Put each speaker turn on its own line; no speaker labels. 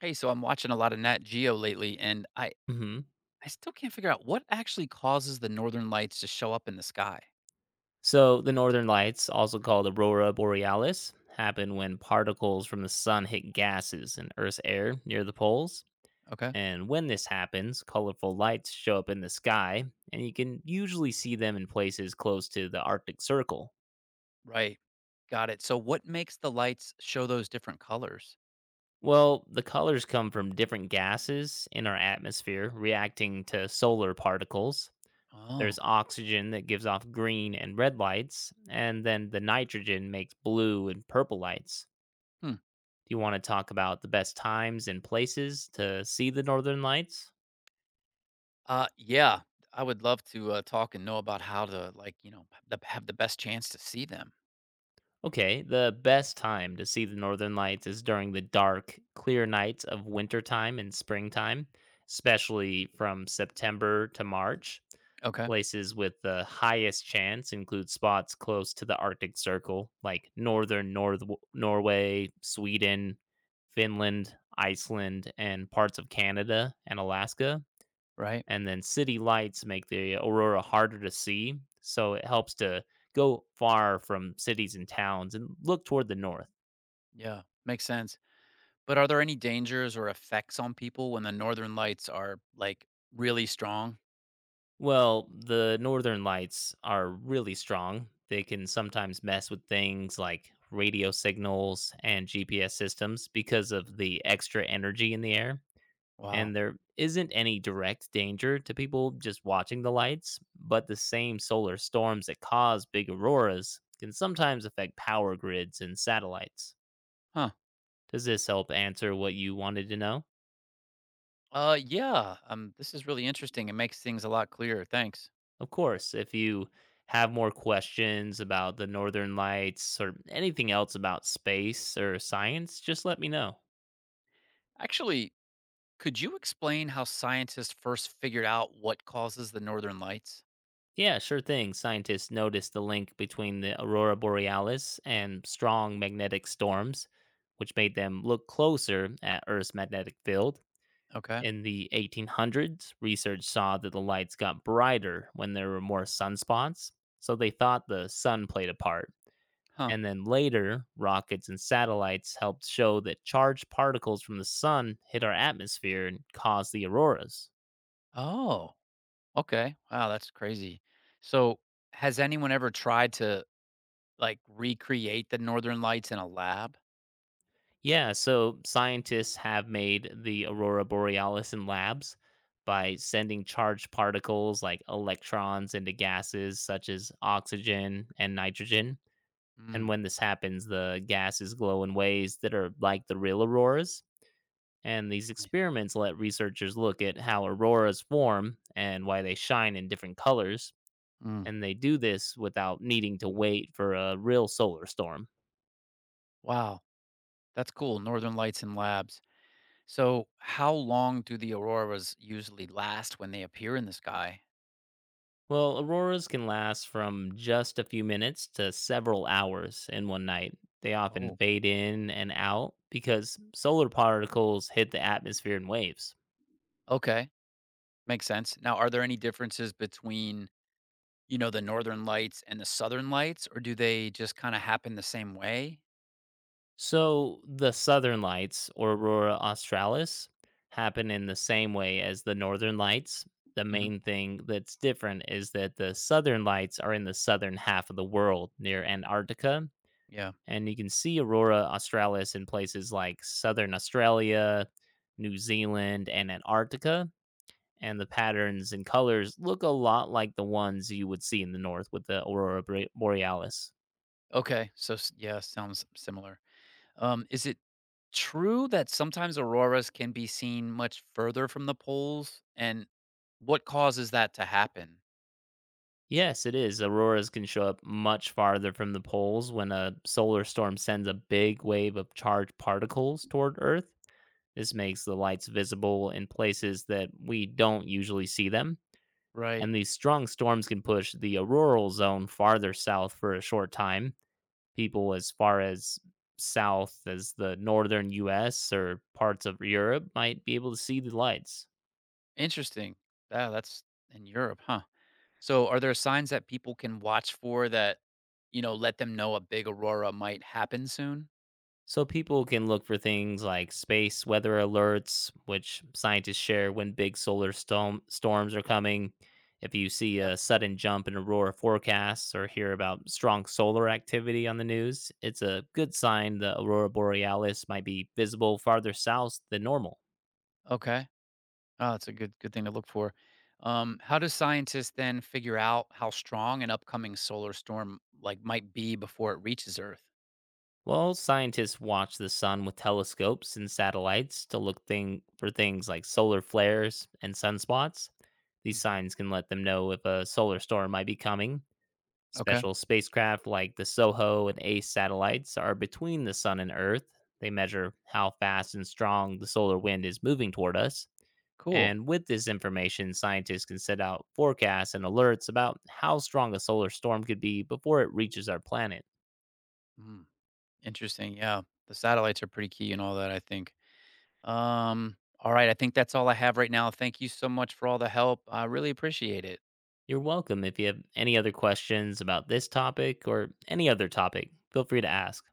Hey, so I'm watching a lot of Nat Geo lately, and I
Hmm.
I still can't figure out what actually causes the northern lights to show up in the sky.
So the northern lights, also called aurora borealis, happen when particles from the sun hit gases in Earth's air near the poles.
Okay.
And when this happens, colorful lights show up in the sky, and you can usually see them in places close to the Arctic Circle.
Right. Got it. So what makes the lights show those different colors?
Well, the colors come from different gases in our atmosphere reacting to solar particles.
Oh,
There's oxygen that gives off green and red lights, and then the nitrogen makes blue and purple lights.
hmm.
Do you want to talk about the best times and places to see the northern lights?
Yeah, I would love to talk and know about how to have the best chance to see them.
Okay, the best time to see the northern lights is during the dark, clear nights of wintertime and springtime, especially from September to March.
Okay.
Places with the highest chance include spots close to the Arctic Circle, like Norway, Sweden, Finland, Iceland, and parts of Canada and Alaska.
Right.
And then city lights make the aurora harder to see, so it helps to go far from cities and towns and look toward the north.
Yeah, makes sense. But are there any dangers or effects on people when the northern lights are like really strong?
Well, the northern lights are really strong. They can sometimes mess with things like radio signals and GPS systems because of the extra energy in the air.
Wow.
And there isn't any direct danger to people just watching the lights, but the same solar storms that cause big auroras can sometimes affect power grids and satellites.
Huh.
Does this help answer what you wanted to know?
Yeah. This is really interesting. It makes things a lot clearer. Thanks.
Of course, if you have more questions about the northern lights or anything else about space or science, just let me know.
Actually, could you explain how scientists first figured out what causes the northern lights?
Yeah, sure thing. Scientists noticed the link between the aurora borealis and strong magnetic storms, which made them look closer at Earth's magnetic field.
Okay.
In the 1800s, research saw that the lights got brighter when there were more sunspots, so they thought the sun played a part.
Huh.
And then later, rockets and satellites helped show that charged particles from the sun hit our atmosphere and caused the auroras.
Oh, okay. Wow, that's crazy. So, has anyone ever tried to like recreate the northern lights in a lab?
Yeah, so scientists have made the aurora borealis in labs by sending charged particles like electrons into gases such as oxygen and nitrogen. And
Mm.
when this happens, the gases glow in ways that are like the real auroras. And these
Nice.
experiments let researchers look at how auroras form and why they shine in different colors,
Mm.
and they do this without needing to wait for a real solar storm.
Wow, that's cool. Northern lights in labs. So, how long do the auroras usually last when they appear in the sky?
Well, auroras can last from just a few minutes to several hours in one night. They often
Oh,
fade in and out because solar particles hit the atmosphere in waves.
okay. Makes sense. Now, are there any differences between, you know, the northern lights and the southern lights, or do they just kind of happen the same way?
So, the southern lights, or aurora australis, happen in the same way as the northern lights. The
Hmm.
main thing that's different is that the southern lights are in the southern half of the world near Antarctica,
Yeah.
and you can see Aurora australis in places like southern Australia, New Zealand, and Antarctica. And the patterns and colors look a lot like the ones you would see in the north with the Aurora borealis.
Okay. So, yeah, sounds similar. Is it true that sometimes auroras can be seen much further from the poles? And what causes that to happen?
Yes, it is. Auroras can show up much farther from the poles when a solar storm sends a big wave of charged particles toward Earth. This makes the lights visible in places that we don't usually see them.
Right.
And these strong storms can push the auroral zone farther south for a short time. People as far as south as the northern US or parts of Europe might be able to see the lights.
Interesting. Yeah, that's in Europe, huh? So, are there signs that people can watch for that, you know, let them know a big aurora might happen soon?
So people can look for things like space weather alerts, which scientists share when big storms are coming. If you see
Yeah.
a sudden jump in aurora forecasts or hear about strong solar activity on the news, it's a good sign the aurora borealis might be visible farther south than normal.
Okay. Oh, that's a good thing to look for. How do scientists then figure out how strong an upcoming solar storm like might be before it reaches Earth?
Well, scientists watch the sun with telescopes and satellites to look for things like solar flares and sunspots. These
Mhm.
signs can let them know if a solar storm might be coming.
Okay,
Special spacecraft like the SOHO and ACE satellites are between the Sun and Earth. They measure how fast and strong the solar wind is moving toward us.
cool,
And with this information, scientists can set out forecasts and alerts about how strong a solar storm could be before it reaches our planet.
mm, interesting. Yeah, the satellites are pretty key and all that, I think. All right, I think that's all I have right now. Thank you so much for all the help. I really appreciate it.
You're welcome. If you have any other questions about this topic or any other topic, feel free to ask.